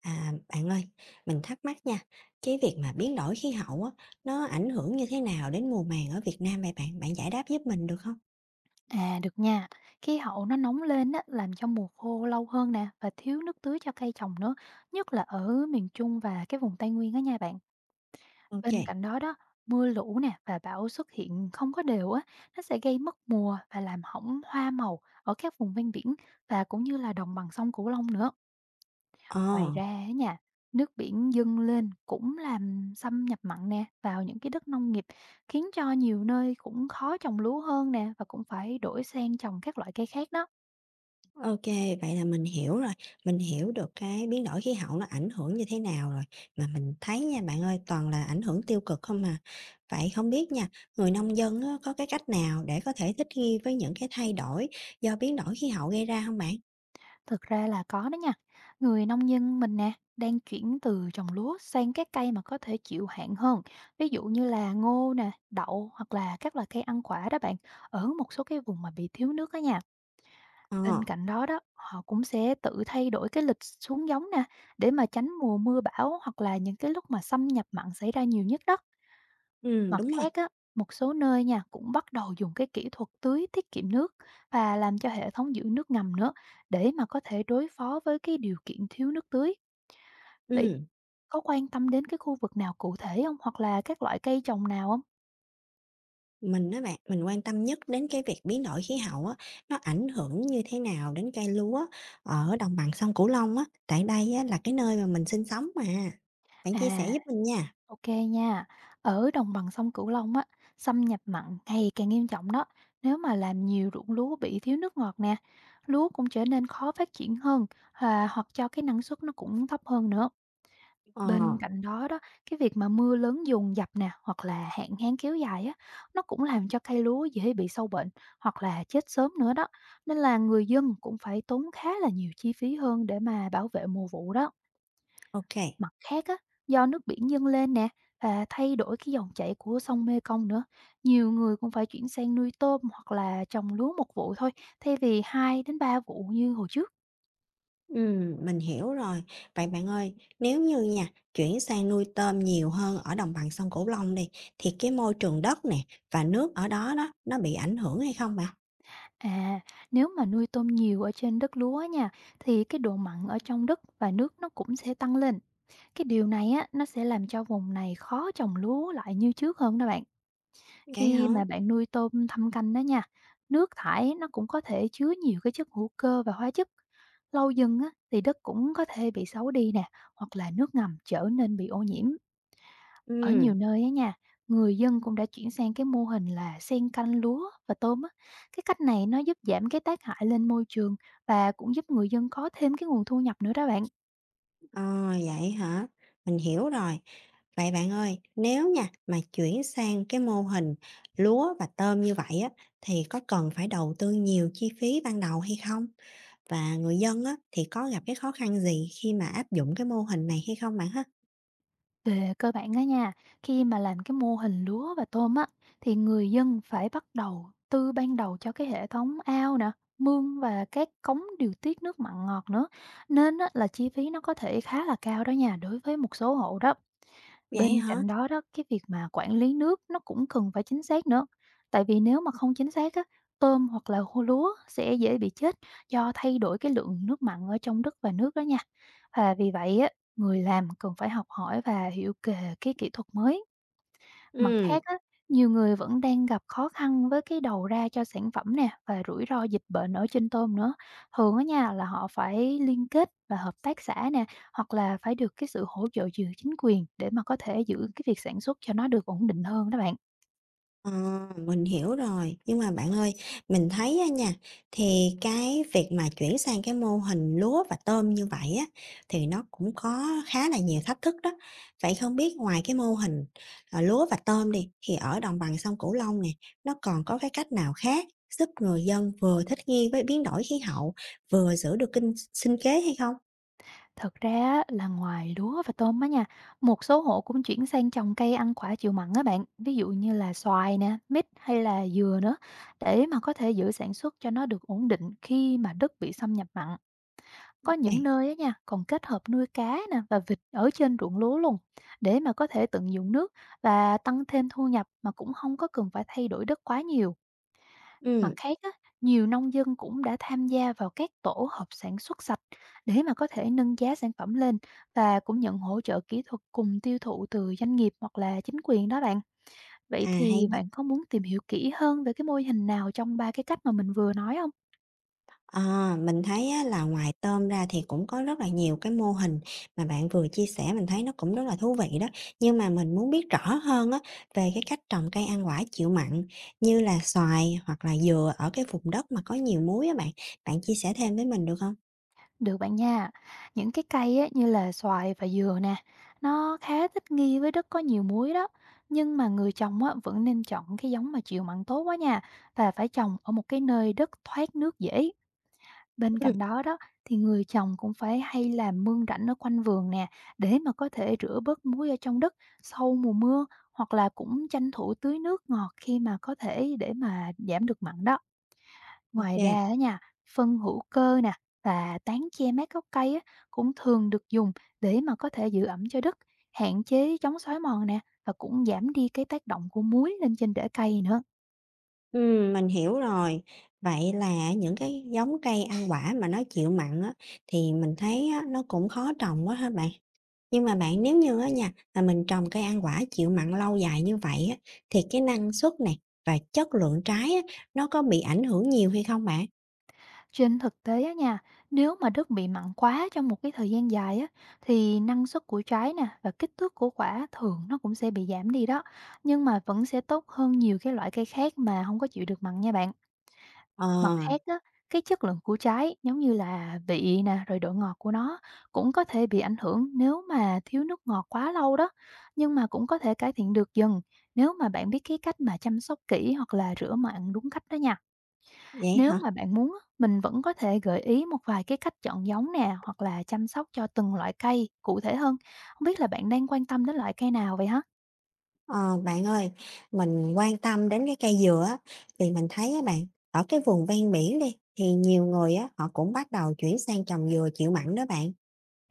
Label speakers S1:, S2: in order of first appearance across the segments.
S1: À, bạn ơi, mình thắc mắc nha, cái việc mà biến đổi khí hậu á, nó ảnh hưởng như thế nào đến mùa màng ở Việt Nam vậy bạn? Bạn giải đáp giúp mình được không?
S2: À, được nha. Khí hậu nó nóng lên á, làm cho mùa khô lâu hơn nè và thiếu nước tưới cho cây trồng nữa, nhất là ở miền Trung và cái vùng Tây Nguyên á nha bạn.
S1: Ok.
S2: Bên cạnh đó đó, mưa lũ nè và bão xuất hiện không có đều á, nó sẽ gây mất mùa và làm hỏng hoa màu ở các vùng ven biển và cũng như là đồng bằng sông Cửu Long nữa.
S1: Ồ.
S2: Ngoài ra á nha, nước biển dâng lên cũng làm xâm nhập mặn nè vào những cái đất nông nghiệp, khiến cho nhiều nơi cũng khó trồng lúa hơn nè và cũng phải đổi sang trồng các loại cây khác đó.
S1: Ok, vậy là mình hiểu rồi, mình hiểu được cái biến đổi khí hậu nó ảnh hưởng như thế nào rồi. Mà mình thấy nha bạn ơi, toàn là ảnh hưởng tiêu cực không à. Vậy không biết nha, người nông dân á, có cái cách nào để có thể thích nghi với những cái thay đổi do biến đổi khí hậu gây ra không bạn?
S2: Thực ra là có đó nha. Người nông dân mình nè, đang chuyển từ trồng lúa sang các cây mà có thể chịu hạn hơn. Ví dụ như là ngô nè, đậu hoặc là các loại cây ăn quả đó bạn, ở một số cái vùng mà bị thiếu nước đó nha.
S1: Ờ.
S2: Bên cạnh đó đó, họ cũng sẽ tự thay đổi cái lịch xuống giống nè, để mà tránh mùa mưa bão hoặc là những cái lúc mà xâm nhập mặn xảy ra nhiều nhất đó.
S1: Ừ,
S2: Mặt
S1: đúng rồi.
S2: khác á, một số nơi nha cũng bắt đầu dùng cái kỹ thuật tưới tiết kiệm nước và làm cho hệ thống giữ nước ngầm nữa để mà có thể đối phó với cái điều kiện thiếu nước tưới. Vậy
S1: Ừ.
S2: có quan tâm đến cái khu vực nào cụ thể không, hoặc là các loại cây trồng nào không?
S1: Mình á bạn, mình quan tâm nhất đến cái việc biến đổi khí hậu á, nó ảnh hưởng như thế nào đến cây lúa ở đồng bằng sông Cửu Long á, tại đây á là cái nơi mà mình sinh sống mà. Bạn chia sẻ
S2: À,
S1: giúp mình nha.
S2: ok nha. Ở đồng bằng sông Cửu Long á, xâm nhập mặn ngày càng nghiêm trọng đó. Nếu mà làm nhiều ruộng lúa bị thiếu nước ngọt nè, lúa cũng trở nên khó phát triển hơn và hoặc cho cái năng suất nó cũng thấp hơn nữa.
S1: Ờ.
S2: Bên cạnh đó đó, cái việc mà mưa lớn dồn dập nè, hoặc là hạn hán kéo dài á, nó cũng làm cho cây lúa dễ bị sâu bệnh hoặc là chết sớm nữa đó. Nên là người dân cũng phải tốn khá là nhiều chi phí hơn để mà bảo vệ mùa vụ đó.
S1: Ô.
S2: Mặt khác á, do nước biển dâng lên nè và thay đổi cái dòng chảy của sông Mekong nữa, nhiều người cũng phải chuyển sang nuôi tôm hoặc là trồng lúa một vụ thôi, thay vì 2 đến 3 vụ như hồi trước.
S1: Ừm, mình hiểu rồi. Vậy bạn ơi, nếu như nha, chuyển sang nuôi tôm nhiều hơn ở đồng bằng sông Cửu Long đi, thì cái môi trường đất nè và nước ở đó đó, nó bị ảnh hưởng hay không bạn?
S2: À, nếu mà nuôi tôm nhiều ở trên đất lúa nha, thì cái độ mặn ở trong đất và nước nó cũng sẽ tăng lên. Cái điều này á, nó sẽ làm cho vùng này khó trồng lúa lại như trước hơn đó bạn.
S1: Vậy
S2: Khi
S1: hả?
S2: mà bạn nuôi tôm thâm canh đó nha, nước thải nó cũng có thể chứa nhiều cái chất hữu cơ và hóa chất. Lâu dần á, thì đất cũng có thể bị xấu đi nè, hoặc là nước ngầm trở nên bị ô nhiễm. Ở
S1: Ừm.
S2: nhiều nơi á nha, người dân cũng đã chuyển sang cái mô hình là xen canh lúa và tôm á. Cái cách này nó giúp giảm cái tác hại lên môi trường và cũng giúp người dân có thêm cái nguồn thu nhập nữa đó bạn.
S1: Ờ, vậy hả? Mình hiểu rồi. Vậy bạn ơi, nếu nha mà chuyển sang cái mô hình lúa và tôm như vậy á thì có cần phải đầu tư nhiều chi phí ban đầu hay không? Và người dân á thì có gặp cái khó khăn gì khi mà áp dụng cái mô hình này hay không bạn ha?
S2: Về cơ bản á nha, khi mà làm cái mô hình lúa và tôm á, thì người dân phải bắt đầu từ ban đầu cho cái hệ thống ao nè, mương và các cống điều tiết nước mặn ngọt nữa. Nên á, là chi phí nó có thể khá là cao đó nha đối với một số hộ đó.
S1: Vậy
S2: Bên
S1: hả?
S2: cạnh đó đó, cái việc mà quản lý nước nó cũng cần phải chính xác nữa. Tại vì nếu mà không chính xác á, tôm hoặc là hô lúa sẽ dễ bị chết do thay đổi cái lượng nước mặn ở trong đất và nước đó nha. Và vì vậy á, người làm cần phải học hỏi và hiểu về cái kỹ thuật mới. Mặt
S1: Ừ.
S2: khác á, nhiều người vẫn đang gặp khó khăn với cái đầu ra cho sản phẩm nè và rủi ro dịch bệnh ở trên tôm nữa. Thường á nha là họ phải liên kết và hợp tác xã nè, hoặc là phải được cái sự hỗ trợ từ chính quyền để mà có thể giữ cái việc sản xuất cho nó được ổn định hơn đó bạn.
S1: Ờ, mình hiểu rồi. Nhưng mà bạn ơi, mình thấy á nha, thì cái việc mà chuyển sang cái mô hình lúa và tôm như vậy á, thì nó cũng có khá là nhiều thách thức đó. Vậy không biết ngoài cái mô hình, lúa và tôm đi, thì ở đồng bằng sông Cửu Long nè, nó còn có cái cách nào khác giúp người dân vừa thích nghi với biến đổi khí hậu, vừa giữ được kinh sinh kế hay không?
S2: Thật ra á, là ngoài lúa và tôm á nha, một số hộ cũng chuyển sang trồng cây ăn quả chịu mặn á bạn, ví dụ như là xoài nè, mít hay là dừa nữa, để mà có thể giữ sản xuất cho nó được ổn định khi mà đất bị xâm nhập mặn. Có những
S1: OK.
S2: nơi á nha, còn kết hợp nuôi cá nè và vịt ở trên ruộng lúa luôn, để mà có thể tận dụng nước và tăng thêm thu nhập mà cũng không có cần phải thay đổi đất quá nhiều. Mặt
S1: Ừm.
S2: khác á, nhiều nông dân cũng đã tham gia vào các tổ hợp sản xuất sạch để mà có thể nâng giá sản phẩm lên và cũng nhận hỗ trợ kỹ thuật cùng tiêu thụ từ doanh nghiệp hoặc là chính quyền đó bạn. Vậy
S1: à, hay
S2: thì bạn có muốn tìm hiểu kỹ hơn về cái mô hình nào trong ba cái cách mà mình vừa nói không?
S1: Mình thấy á, là ngoài tôm ra thì cũng có rất là nhiều cái mô hình mà bạn vừa chia sẻ mình thấy nó cũng rất là thú vị đó. Nhưng mà mình muốn biết rõ hơn á, về cái cách trồng cây ăn quả chịu mặn như là xoài hoặc là dừa ở cái vùng đất mà có nhiều muối á bạn. Bạn chia sẻ thêm với mình được không?
S2: Được bạn nha. Những cái cây á, như là xoài và dừa nè, nó khá thích nghi với đất có nhiều muối đó. Nhưng mà người trồng á, vẫn nên chọn cái giống mà chịu mặn tốt quá nha, và phải trồng ở một cái nơi đất thoát nước dễ. Bên
S1: Ừ.
S2: cạnh đó đó, thì người trồng cũng phải hay làm mương rãnh ở quanh vườn nè, để mà có thể rửa bớt muối ở trong đất sau mùa mưa, hoặc là cũng tranh thủ tưới nước ngọt khi mà có thể để mà giảm được mặn đó. Ngoài
S1: Ok.
S2: ra đó nha, phân hữu cơ nè và tán che mát gốc cây á, cũng thường được dùng để mà có thể giữ ẩm cho đất, hạn chế chống xói mòn nè, và cũng giảm đi cái tác động của muối lên trên rễ cây nữa.
S1: Mình hiểu rồi. Vậy là những cái giống cây ăn quả mà nó chịu mặn á, thì mình thấy á, nó cũng khó trồng quá ha bạn. Nhưng mà bạn nếu như á nha, mà mình trồng cây ăn quả chịu mặn lâu dài như vậy á, thì cái năng suất này và chất lượng trái á, nó có bị ảnh hưởng nhiều hay không bạn?
S2: Trên thực tế á nha, nếu mà đất bị mặn quá trong một cái thời gian dài á, thì năng suất của trái nè và kích thước của quả thường nó cũng sẽ bị giảm đi đó. Nhưng mà vẫn sẽ tốt hơn nhiều cái loại cây khác mà không có chịu được mặn nha bạn.
S1: Ờ,
S2: Mặt khác á, cái chất lượng của trái giống như là vị nè, rồi độ ngọt của nó cũng có thể bị ảnh hưởng nếu mà thiếu nước ngọt quá lâu đó. Nhưng mà cũng có thể cải thiện được dần nếu mà bạn biết cái cách mà chăm sóc kỹ hoặc là rửa mặn đúng cách đó nha.
S1: vậy
S2: Nếu
S1: hả?
S2: mà bạn muốn, á, mình vẫn có thể gợi ý một vài cái cách chọn giống nè, hoặc là chăm sóc cho từng loại cây cụ thể hơn. Không biết là bạn đang quan tâm đến loại cây nào vậy hả?
S1: Ờ, bạn ơi, mình quan tâm đến cái cây dừa á, thì mình thấy á bạn, ở cái vùng ven biển đi, thì nhiều người á, họ cũng bắt đầu chuyển sang trồng dừa chịu mặn đó bạn.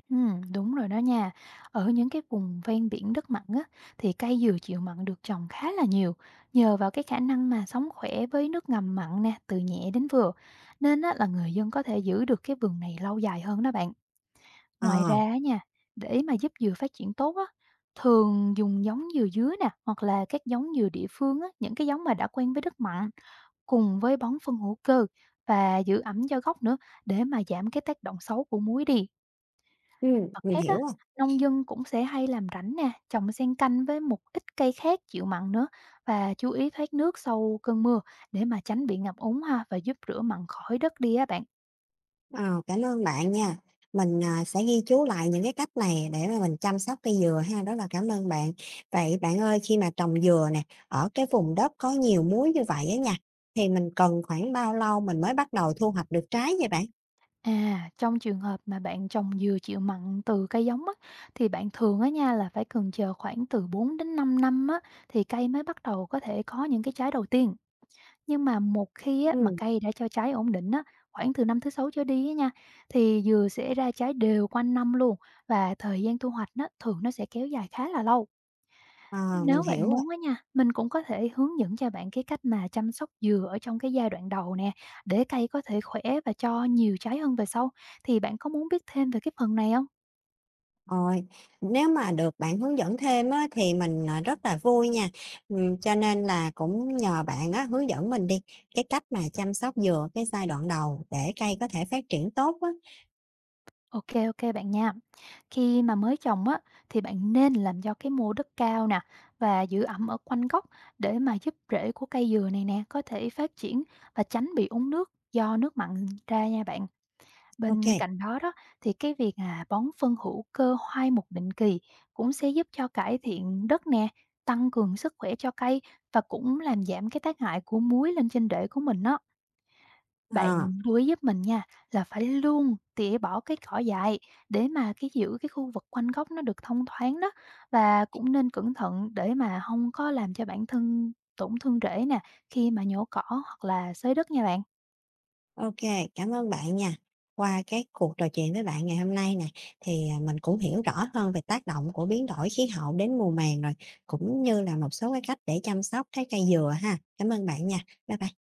S2: Đúng rồi đó nha. Ở những cái vùng ven biển đất mặn á, thì cây dừa chịu mặn được trồng khá là nhiều, nhờ vào cái khả năng mà sống khỏe với nước ngầm mặn nè, từ nhẹ đến vừa. Nên á, là người dân có thể giữ được cái vườn này lâu dài hơn đó bạn. Ngoài
S1: Ờ.
S2: ra á nha, để mà giúp dừa phát triển tốt á, thường dùng giống dừa dứa nè, hoặc là các giống dừa địa phương á, những cái giống mà đã quen với đất mặn, cùng với bón phân hữu cơ và giữ ẩm cho gốc nữa, để mà giảm cái tác động xấu của muối đi. Mặt
S1: Mình
S2: khác á,
S1: hiểu rồi.
S2: nông dân cũng sẽ hay làm rãnh nè, trồng xen canh với một ít cây khác chịu mặn nữa, và chú ý thoát nước sau cơn mưa để mà tránh bị ngập úng ha và giúp rửa mặn khỏi đất đi á bạn.
S1: Ờ, cảm ơn bạn nha. Mình, sẽ ghi chú lại những cái cách này để mà mình chăm sóc cây dừa ha, rất là cảm ơn bạn. Vậy bạn ơi, khi mà trồng dừa nè, ở cái vùng đất có nhiều muối như vậy á nha, thì mình cần khoảng bao lâu mình mới bắt đầu thu hoạch được trái vậy bạn?
S2: À, trong trường hợp mà bạn trồng dừa chịu mặn từ cây giống á, thì bạn thường á nha là phải cần chờ khoảng từ 4 đến 5 năm á, thì cây mới bắt đầu có thể có những cái trái đầu tiên. Nhưng mà một khi á, mà
S1: Ừm.
S2: cây đã cho trái ổn định á, khoảng từ năm thứ 6 trở đi á nha, thì dừa sẽ ra trái đều quanh năm luôn, và thời gian thu hoạch nó thường nó sẽ kéo dài khá là lâu.
S1: Ờ, mình
S2: Nếu bạn
S1: hiểu rồi.
S2: muốn á nha, mình cũng có thể hướng dẫn cho bạn cái cách mà chăm sóc dừa ở trong cái giai đoạn đầu nè, để cây có thể khỏe và cho nhiều trái hơn về sau. Thì bạn có muốn biết thêm về cái phần này không?
S1: Rồi, nếu mà được bạn hướng dẫn thêm á, thì mình, rất là vui nha. Cho nên là cũng nhờ bạn á, hướng dẫn mình đi, cái cách mà chăm sóc dừa cái giai đoạn đầu để cây có thể phát triển tốt á.
S2: Ok, ok bạn nha. Khi mà mới trồng á, thì bạn nên làm cho cái mô đất cao nè và giữ ẩm ở quanh gốc, để mà giúp rễ của cây dừa này nè có thể phát triển và tránh bị úng nước do nước mặn ra nha bạn.
S1: OK,
S2: Bên
S1: kê.
S2: cạnh đó đó, thì cái việc bón phân hữu cơ hoai mục định kỳ cũng sẽ giúp cho cải thiện đất nè, tăng cường sức khỏe cho cây và cũng làm giảm cái tác hại của muối lên trên rễ của mình đó.
S1: Ờ,
S2: Bạn lưu ý giúp mình nha, là phải luôn tỉa bỏ cái cỏ dại để mà cái giữ cái khu vực quanh gốc nó được thông thoáng đó, và cũng nên cẩn thận để mà không có làm cho bản thân tổn thương rễ nè khi mà nhổ cỏ hoặc là xới đất nha bạn.
S1: ô Cảm ơn bạn nha. Qua cái cuộc trò chuyện với bạn ngày hôm nay này, thì, mình cũng hiểu rõ hơn về tác động của biến đổi khí hậu đến mùa màng rồi, cũng như là một số cái cách để chăm sóc trái cây dừa ha. Cảm ơn bạn nha. Bye bye.